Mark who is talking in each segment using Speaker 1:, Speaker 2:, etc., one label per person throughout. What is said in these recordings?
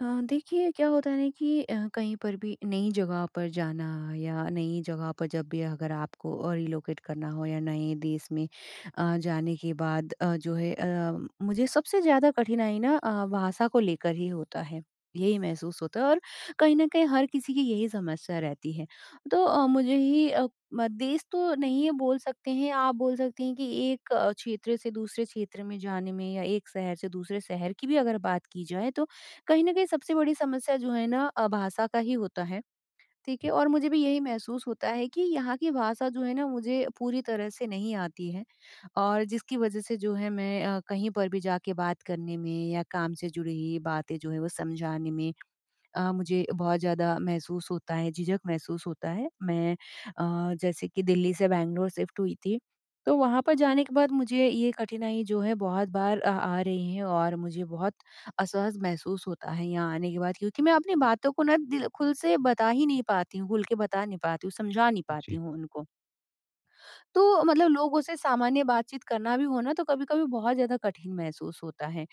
Speaker 1: देखिए क्या होता है ना कि कहीं पर भी नई जगह पर जाना या नई जगह पर जब भी अगर आपको रिलोकेट करना हो या नए देश में जाने के बाद जो है मुझे सबसे ज़्यादा कठिनाई ना भाषा को लेकर ही होता है। यही महसूस होता है, और कहीं न कहीं हर किसी की यही समस्या रहती है। तो मुझे ही अ, म देश तो नहीं बोल सकते हैं, आप बोल सकते हैं कि एक क्षेत्र से दूसरे क्षेत्र में जाने में, या एक शहर से दूसरे शहर की भी अगर बात की जाए, तो कहीं न कहीं सबसे बड़ी समस्या जो है ना भाषा का ही होता है, ठीक है? और मुझे भी यही महसूस होता है कि यहाँ की भाषा जो है ना मुझे पूरी तरह से नहीं आती है, और जिसकी वजह से जो है मैं कहीं पर भी जाके बात करने में, या काम से जुड़ी हुई बातें जो हैं वो समझाने में, मुझे बहुत ज़्यादा महसूस होता है, झिझक महसूस होता है। मैं जैसे कि दिल्ली से बैंगलोर शिफ्ट हुई थी, तो वहाँ पर जाने के बाद मुझे ये कठिनाई जो है बहुत बार आ रही है, और मुझे बहुत असहज महसूस होता है यहाँ आने के बाद, क्योंकि मैं अपनी बातों को ना दिल खुल से बता ही नहीं पाती हूँ, खुल के बता नहीं पाती हूँ, समझा नहीं पाती
Speaker 2: जी,
Speaker 1: हूँ उनको। तो मतलब लोगों से सामान्य बातचीत करना भी हो ना, तो कभी-कभी बहुत ज़्यादा कठिन महसूस होता है।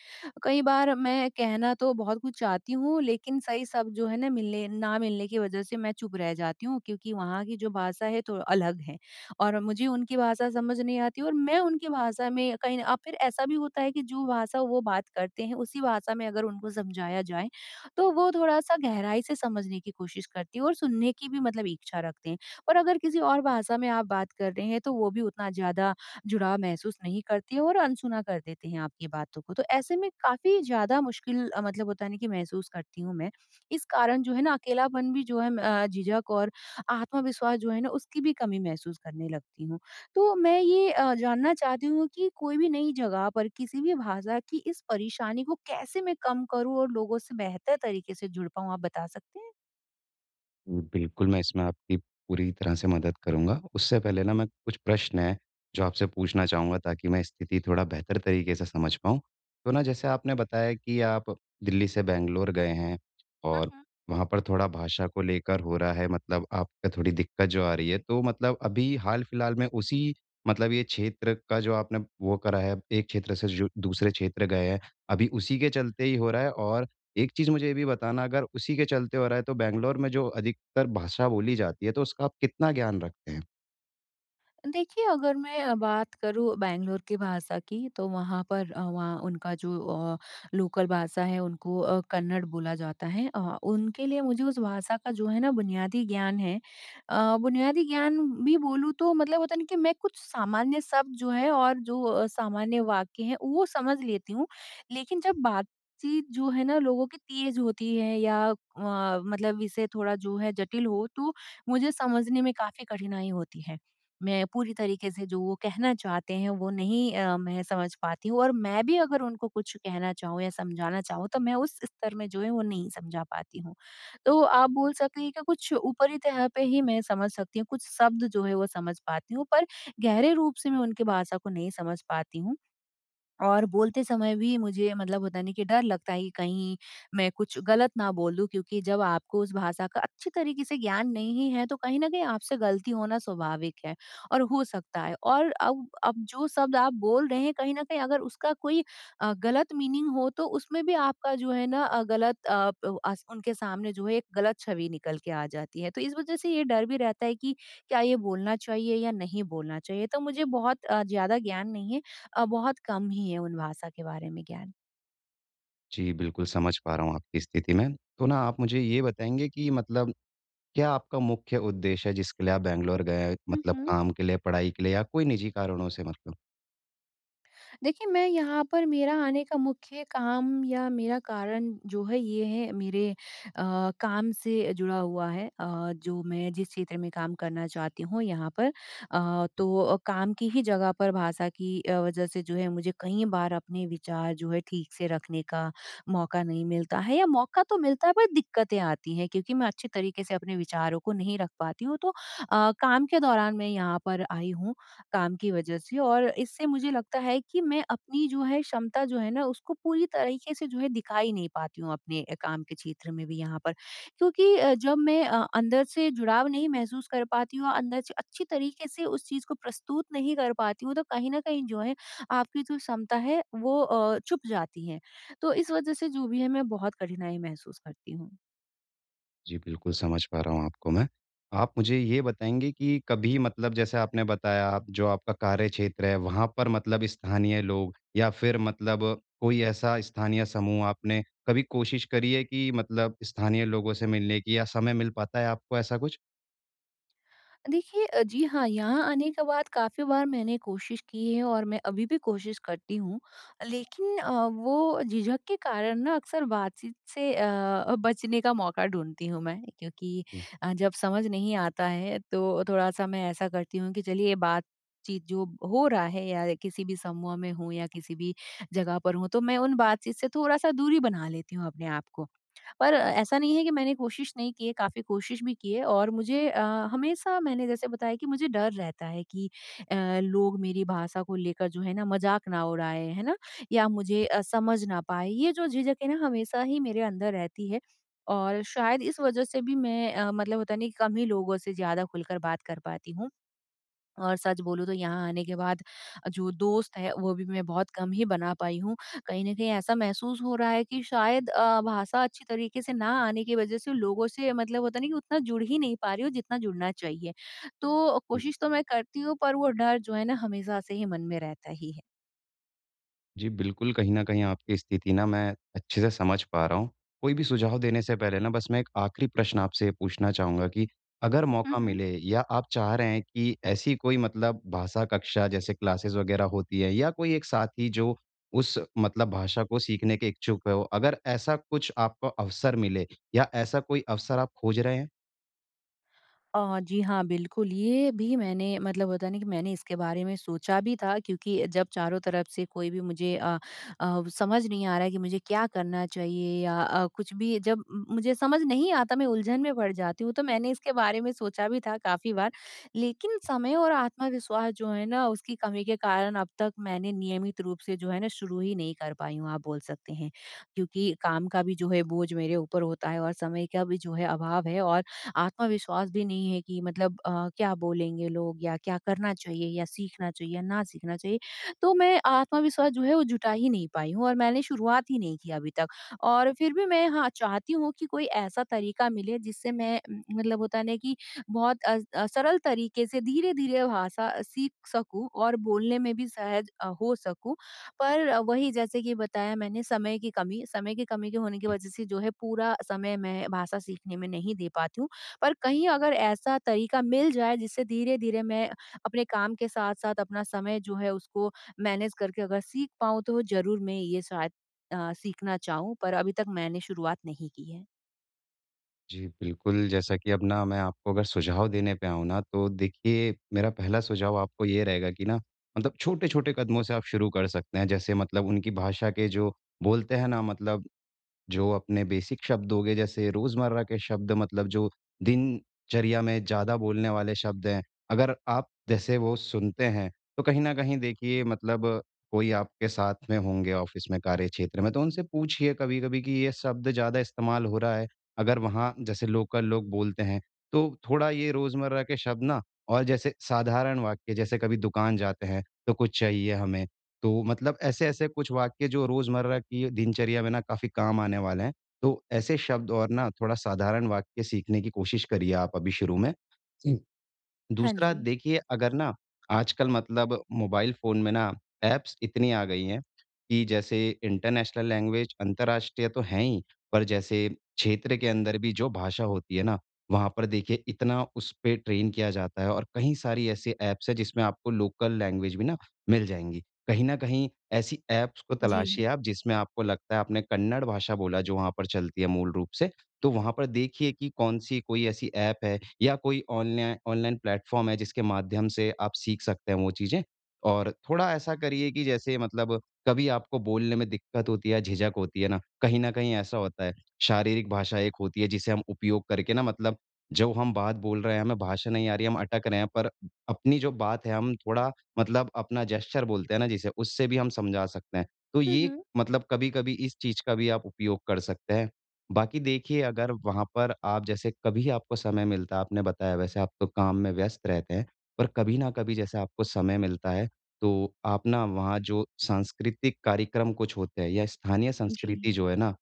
Speaker 1: कई बार मैं कहना तो बहुत कुछ चाहती हूँ, लेकिन सही शब्द जो है ना मिलने की वजह से मैं चुप रह जाती हूँ, क्योंकि वहाँ की जो भाषा है तो अलग है, और मुझे उनकी भाषा समझ नहीं आती, और मैं उनकी भाषा में कहीं अब फिर ऐसा भी होता है कि जो भाषा वो बात करते हैं उसी भाषा में अगर उनको समझाया जाए, तो वो थोड़ा-सा गहराई से समझने की कोशिश करती है, और सुनने की भी मतलब इच्छा रखते हैं। और अगर किसी और भाषा में आप बात कर रहे हैं, तो वो भी उतना ज़्यादा जुड़ाव महसूस नहीं करती है, और अनसुना कर देते हैं आपकी बातों को। तो ऐसे में काफ़ी ज़्यादा मुश्किल मतलब होता है ना कि महसूस करती हूँ मैं। इस कारण जो है ना अकेलापन भी जो है, झिझक और आत्मविश्वास जो है ना उसकी भी कमी महसूस करने लगती हूँ। तो मैं ये जानना चाहती हूँ कि कोई भी नई जगह पर किसी भी भाषा की इस परेशानी को कैसे मैं कम करूँ, और लोगों से बेहतर तरीके से जुड़ पाऊँ? आप बता सकते
Speaker 2: जी, बिल्कुल, मैं इसमें आपकी पूरी तरह से मदद करूँगा। उससे पहले ना मैं कुछ प्रश्न हैं जो आपसे पूछना चाहूँगा ताकि मैं स्थिति थोड़ा बेहतर तरीके से समझ पाऊँ। तो ना जैसे आपने बताया कि आप दिल्ली से बैंगलोर गए हैं और
Speaker 1: हैं?
Speaker 2: वहाँ पर थोड़ा भाषा को लेकर हो रहा है, मतलब आपको थोड़ी दिक्कत जो आ रही है। तो मतलब अभी हाल-फिलहाल में उसी, मतलब ये क्षेत्र का जो आपने वो करा है, एक क्षेत्र से जो दूसरे क्षेत्र गए हैं, अभी उसी के चलते ही हो रहा है। और एक चीज़ मुझे ये भी बताना, अगर उसी के चलते हो रहा है तो बैंगलोर में जो अधिकतर भाषा बोली जाती है, तो उसका आप कितना ज्ञान रखते हैं?
Speaker 1: देखिए, अगर मैं बात करूँ बैंगलोर की भाषा की, तो वहाँ पर वहाँ उनका जो अ, लोकल भाषा है, उनको कन्नड़ बोला जाता है। उनके लिए मुझे उस भाषा का जो है ना, बुनियादी ज्ञान है। बुनियादी ज्ञान भी बोलूँ, तो मतलब होता है ना कि मैं कुछ सामान्य शब्द जो है, और जो सामान्य वाक्य हैं, वो समझ लेती हूँ। लेकिन जब बातचीत जो है ना, लोगों की तेज़ होती है, या मतलब विषय थोड़ा जो है, जटिल हो, तो मुझे समझने में काफ़ी कठिनाई होती है। मैं पूरी तरीके से जो वो कहना चाहते हैं वो नहीं मैं समझ पाती हूँ, और मैं भी अगर उनको कुछ कहना चाहूँ या समझाना चाहूँ, तो मैं उस स्तर में जो है वो नहीं समझा पाती हूँ। तो आप बोल सकें कि कुछ ऊपरी तह पे ही मैं समझ सकती हूँ, कुछ शब्द जो है वो समझ पाती हूँ, पर गहरे रूप से मैं उनकी भाषा को नहीं समझ पाती हूँ। और बोलते समय भी मुझे मतलब होता नहीं कि डर लगता है कि कहीं मैं कुछ गलत ना बोल दूं, क्योंकि जब आपको उस भाषा का अच्छी तरीके से ज्ञान नहीं है, तो कहीं ना कहीं आपसे गलती होना स्वाभाविक है और हो सकता है, और अब जो शब्द आप बोल रहे हैं, कहीं ना कहीं अगर उसका कोई गलत मीनिंग हो, तो उसमें भी आपका जो है ना गलत उनके सामने जो है एक गलत छवि निकल के आ जाती है, तो इस वजह से ये डर भी रहता है कि क्या ये बोलना चाहिए या नहीं बोलना चाहिए, तो मुझे बहुत ज्यादा ज्ञान नहीं है, बहुत कम ही है उन भाषा के बारे में ज्ञान।
Speaker 2: जी, बिल्कुल समझ पा रहा हूँ आपकी स्थिति में। तो ना आप मुझे ये बताएँगे कि मतलब क्या आपका मुख्य उद्देश्य है जिसके लिए आप बैंगलोर गए हैं?
Speaker 1: हुँ,
Speaker 2: मतलब
Speaker 1: हुँ।
Speaker 2: काम के लिए, पढ़ाई के लिए, या कोई निजी कारणों से, मतलब?
Speaker 1: देखिए, मैं यहाँ पर मेरा आने का मुख्य काम या मेरा कारण जो है ये है मेरे काम से जुड़ा हुआ है, जो मैं जिस क्षेत्र में काम करना चाहती हूँ यहाँ पर, तो काम की ही जगह पर भाषा की वज़ह से जो है मुझे कई बार अपने विचार जो है ठीक से रखने का मौका नहीं मिलता है, या मौका तो मिलता है पर दिक्कतें आती हैं, क्योंकि मैं अच्छे तरीके से अपने विचारों को नहीं रख पाती हूँ। तो काम के दौरान मैं यहाँ पर आई हूँ। काम की वजह से, और इससे मुझे लगता है कि मैं अपनी जो है क्षमता जो है ना उसको पूरी तरीके से जो है दिखा ही नहीं पाती हूँ, अपने काम के क्षेत्र में भी यहाँ पर, क्योंकि जब मैं अंदर से जुड़ाव नहीं महसूस कर पाती हूँ, अंदर से अच्छी तरीके से उस चीज़ को प्रस्तुत नहीं कर पाती हूँ, तो कहीं ना कहीं जो है आपकी जो क्षमता है वो चुप जाती है, तो इस वजह से जो भी है मैं बहुत कठिनाई महसूस करती हूँ।
Speaker 2: जी, बिल्कुल समझ पा रहा हूँ आपको मैं। आप मुझे ये बताएँगे कि कभी, मतलब जैसे आपने बताया, आप जो आपका कार्यक्षेत्र है वहाँ पर मतलब स्थानीय लोग या फिर मतलब कोई ऐसा स्थानीय समूह, आपने कभी कोशिश करी है कि मतलब स्थानीय लोगों से मिलने की, या समय मिल पाता है आपको ऐसा कुछ?
Speaker 1: देखिए, जी हाँ, यहाँ आने के बाद काफ़ी बार मैंने कोशिश की है, और मैं अभी भी कोशिश करती हूँ। लेकिन वो झिझक के कारण ना अक्सर बातचीत से बचने का मौका ढूँढती हूँ मैं, क्योंकि
Speaker 2: हुँ।
Speaker 1: जब समझ नहीं आता है, तो थोड़ा-सा मैं ऐसा करती हूँ कि चलिए बातचीत जो हो रहा है, या किसी भी समूह में हूँ, या किसी भी जगह पर हूँ, तो मैं उन बातचीत से थोड़ा-सा दूरी बना लेती हूँ अपने आप को। पर ऐसा नहीं है कि मैंने कोशिश नहीं की है, काफ़ी कोशिश भी की है, और मुझे हमेशा मैंने जैसे बताया कि मुझे डर रहता है कि अ, लोग मेरी भाषा को लेकर जो है ना मजाक ना उड़ाए, है ना? या मुझे समझ ना पाए, ये जो झिझक है ना हमेशा ही मेरे अंदर रहती है, और शायद इस वजह से भी मैं मतलब होता नहीं कि कम ही लोगों से ज़्यादा खुलकर बात कर पाती हूँ। और सच बोलूँ तो यहाँ आने के बाद जो दोस्त है वो भी मैं बहुत कम ही बना पाई हूँ। कहीं न कहीं ऐसा महसूस हो रहा है कि शायद भाषा अच्छी तरीके से ना आने की वज़ह से लोगों से मतलब होता है ना कि उतना जुड़ ही नहीं पा रही हूँ जितना जुड़ना चाहिए। तो कोशिश तो मैं करती हूँ, पर वो डर जो है ना हमेशा से ही मन में रहता ही है।
Speaker 2: जी, बिल्कुल, कहीं न कहीं आपकी स्थिति ना मैं अच्छे से समझ पा रहा हूँ। कोई भी सुझाव देने से पहले ना बस मैं एक आखिरी प्रश्न आपसे पूछना चाहूँगा कि अगर
Speaker 1: हुँ,
Speaker 2: मौका
Speaker 1: हुँ।
Speaker 2: मिले, या आप चाह रहे हैं कि ऐसी कोई मतलब भाषा कक्षा, जैसे क्लासेस वग़ैरह होती है, या कोई एक साथी जो उस मतलब भाषा को सीखने के इच्छुक हो, अगर ऐसा कुछ आपको अवसर मिले, या ऐसा कोई अवसर आप खोज रहे हैं? जी।
Speaker 1: जी हाँ, बिल्कुल, ये भी मैंने मतलब होता है ना कि मैंने इसके बारे में सोचा भी था, क्योंकि जब चारों तरफ से कोई भी मुझे समझ नहीं आ रहा है कि मुझे क्या करना चाहिए, या कुछ भी जब म मुझे समझ नहीं आता, मैं उलझन में पड़ जाती हूँ, तो मैंने इसके बारे में सोचा भी था काफ़ी बार। लेकिन समय और आत्मविश्वास जो है ना, उसकी कमी के कारण अब तक मैंने नियमित रूप से जो है ना, शुरू ही नहीं कर पाई हूँ, आप बोल सकते हैं। क्योंकि काम का भी जो है बोझ मेरे ऊपर होता है, और समय का भी जो है अभाव है, और आत्मविश्वास भी नहीं है कि मतलब क्या बोलेंगे लोग, या क्या करना चाहिए या सीखना चाहिए या ना सीखना चाहिए। तो मैं आत्मविश्वास जो है वो जुटा ही नहीं पाई हूँ, और मैंने शुरुआत ही नहीं की अभी तक। और फिर भी मैं, हाँ, चाहती हूँ कि कोई ऐसा तरीका मिले जिससे मैं मतलब होता है ना कि बहुत सरल तरीके से धीरे-धीरे भाषा सीख सकूँ और बोलने में भी सहज हो सकूँ। पर वही जैसे कि बताया मैंने, समय की कमी के होने की वज़ह से जो है पूरा समय मैं भाषा सीखने में नहीं दे पाती हूँ। पर कहीं अगर ऐसा तरीका मिल जाए जिससे धीरे-धीरे मैं अपने काम के साथ-साथ अपना समय जो है उसको मैनेज करके अगर सीख पाऊँ, तो ज़रूर मैं ये शायद सीखना चाहूँ, पर अभी तक मैंने शुरुआत नहीं की है।
Speaker 2: जी, बिल्कुल, जैसा कि अब ना मैं आपको अगर सुझाव देने पे आऊँ ना, तो देखिए मेरा पहला सुझाव आपको ये रहेगा कि ना, मतलब छोटे-छोटे कदमों से आप शुरू कर सकते हैं। जैसे मतलब उनकी भाषा के जो बोलते हैं ना, मतलब जो अपने बेसिक शब्द हो गए, जैसे रोज़मर्रा के शब्द, मतलब जो दिनचर्या में ज़्यादा बोलने वाले शब्द हैं, अगर आप जैसे वो सुनते हैं, तो कहीं न कहीं देखिए, मतलब कोई आपके साथ में होंगे ऑफ़िस में, कार्यक्षेत्र में, तो उनसे पूछिए कभी-कभी कि ये शब्द ज़्यादा इस्तेमाल हो रहा है। अगर वहाँ जैसे लोकल लोग बोलते हैं, तो थोड़ा ये रोज़मर्रा के शब्द ना, और जैसे साधारण वाक्य, जैसे कभी दुकान जाते हैं, तो कुछ चाहिए हमें। तो मतलब ऐसे-ऐसे कुछ वाक्य जो रोज़मर्रा की दिनचर्या में ना काफ़ी काम आने वाले हैं। तो ऐसे शब्द और ना थोड़ा साधारण वाक्य सीखने की कोशिश करिए आप अभी शुरू में।
Speaker 1: हाँ
Speaker 2: दूसरा,
Speaker 1: जी।
Speaker 2: देखिए अगर ना आजकल मतलब मोबाइल फ़ोन में ना ऐप्स इतनी आ गई हैं कि जैसे इंटरनेशनल लैंग्वेज, अंतर्राष्ट्रीय, तो हैं ही, पर जैसे क्षेत्र के अंदर भी जो भाषा होती है ना, वहाँ पर देखिए इतना उस पे ट्रेन किया जाता है, और कई सारी ऐसी ऐप्स हैं जिसमें आपको लोकल लैंग्वेज भी ना मिल जाएँगी। कहीं न कहीं ऐसी ऐप्स को
Speaker 1: जी।
Speaker 2: तलाशिए आप, जिसमें आपको लगता है आपने कन्नड़ भाषा बोला जो वहाँ पर चलती है मूल रूप से, तो वहाँ पर देखिए कि कौन-सी कोई ऐसी ऐप है या कोई ऑनलाइन ऑनलाइन प्लेटफ़ॉर्म है जिसके माध्यम से आप सीख सकते हैं वो चीज़ें। और थोड़ा ऐसा करिए कि जैसे, मतलब कभी आपको बोलने में दिक्कत होती है, झिझक होती है ना, कहीं न कहीं ऐसा होता है, शारीरिक भाषा एक होती है जिसे हम उपयोग करके ना, मतलब जो हम बात बोल रहे हैं, हमें भाषा नहीं आ रही है, हम अटक रहे हैं, पर अपनी जो बात है, हम थोड़ा मतलब अपना जेस्चर बोलते हैं ना जिसे, उससे भी हम समझा सकते हैं। तो
Speaker 1: हुँ,
Speaker 2: ये
Speaker 1: हुँ।
Speaker 2: मतलब कभी-कभी इस चीज़ का भी आप उपयोग कर सकते हैं। बाकी देखिए, अगर वहाँ पर आप, जैसे कभी आपको समय मिलता है, आपने बताया वैसे आप तो काम में व्यस्त रहते हैं, पर कभी ना कभी जैसे आपको समय मिलता है, तो आप ना वहाँ जो सांस्कृतिक कार्यक्रम कुछ होते हैं, या स्थानीय
Speaker 1: जी।
Speaker 2: संस्कृति जो है ना,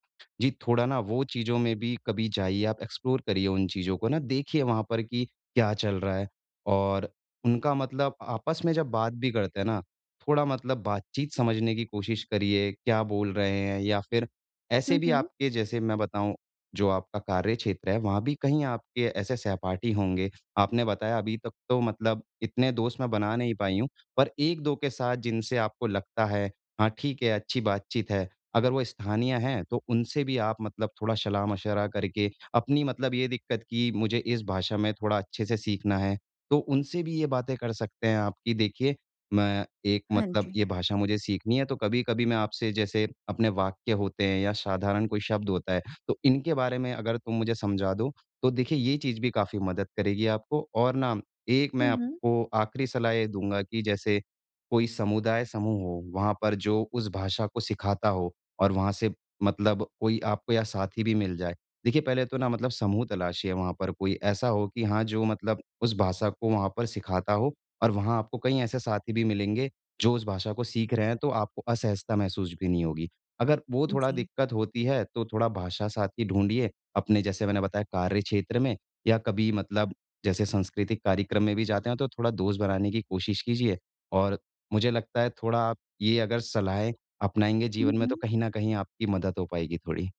Speaker 2: जी थोड़ा ना वो चीज़ों में भी कभी जाइए, आप एक्सप्लोर करिए उन चीज़ों को ना, देखिए वहाँ पर कि क्या चल रहा है। और उनका, मतलब आपस में जब बात भी करते हैं ना, थोड़ा मतलब बातचीत समझने की कोशिश करिए, क्या बोल रहे हैं, या फिर ऐसे
Speaker 1: हुँ,
Speaker 2: भी,
Speaker 1: हुँ।
Speaker 2: आपके जैसे मैं बताऊँ, जो आपका कार्य क्षेत्र है, वहाँ भी कहीं आपके ऐसे सहपाठी होंगे। आपने बताया अभी तक तो मतलब इतने दोस्त मैं बना नहीं पाई हूँ, पर 1-2 के साथ जिनसे आपको लगता है, हाँ ठीक है, अच्छी बातचीत है। अगर वो स्थानीय हैं, तो उनसे भी आप मतलब थोड़ा सलाह-मशवरा करके अपनी, मतलब ये दिक्कत कि मुझे इस भाषा में थोड़ा अच्छे से सीखना है, तो उनसे भी ये बातें कर सकते हैं आप कि देखिए मैं एक,
Speaker 1: हाँ
Speaker 2: मतलब
Speaker 1: जी।
Speaker 2: ये भाषा मुझे सीखनी है, तो कभी-कभी मैं आपसे जैसे, अपने वाक्य होते हैं या साधारण कोई शब्द होता है, तो इनके बारे में अगर तुम मुझे समझा दो, तो देखिए ये चीज़ भी काफ़ी मदद करेगी आपको। और ना, एक
Speaker 1: हुँ,
Speaker 2: मैं
Speaker 1: हुँ।
Speaker 2: आपको आखिरी सलाह ये दूँगा कि जैसे कोई समुदाय समूह हो, वहाँ पर जो उस भाषा को सिखाता हो, और वहाँ से मतलब कोई आपको या साथी भी मिल जाए। देखिए पहले तो ना, मतलब समूह तलाशिए वहाँ पर, कोई ऐसा हो कि हाँ, जो मतलब उस भाषा को वहाँ पर सिखाता हो, और वहाँ आपको कई ऐसे साथी भी मिलेंगे, जो उस भाषा को सीख रहे हैं, तो आपको असहजता महसूस भी नहीं होगी। अगर वो थोड़ा
Speaker 1: जी।
Speaker 2: दिक्कत होती है, तो थोड़ा भाषा साथी ढूँढिए, अपने जैसे मैंने बताया, कार्य क्षेत्र में या कभी, मतलब जैसे सांस्कृतिक कार्यक्रम में भी जाते हैं, तो थोड़ा दोस्त बनाने की कोशिश कीजिए। और मुझे लगता है थोड़ा आप ये अगर सलाहें अपनाएँगे
Speaker 1: हुँ,
Speaker 2: जीवन में,
Speaker 1: हुँ।
Speaker 2: तो कहीं न कहीं आपकी मदद हो पाएगी थोड़ी।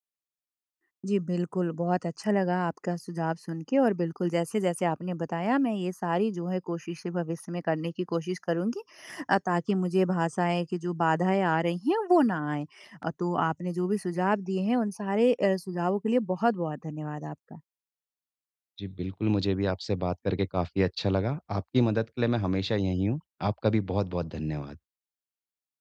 Speaker 1: जी, बिल्कुल, बहुत अच्छा लगा आपका सुझाव सुन के, और बिल्कुल जैसे-जैसे आपने बताया मैं ये सारी जो है कोशिशें भविष्य में करने की कोशिश करूँगी, ताकि मुझे भाषाएँ की जो बाधाएँ आ रही हैं वो ना आएँ। तो आपने जो भी सुझाव दिए हैं, उन सारे सुझावों के लिए बहुत-बहुत धन्यवाद आपका।
Speaker 2: जी, बिल्कुल, मुझे भी आपसे बात करके काफ़ी अच्छा लगा। आपकी मदद के लिए मैं हमेशा यहीं हूँ। आपका भी बहुत-बहुत धन्यवाद।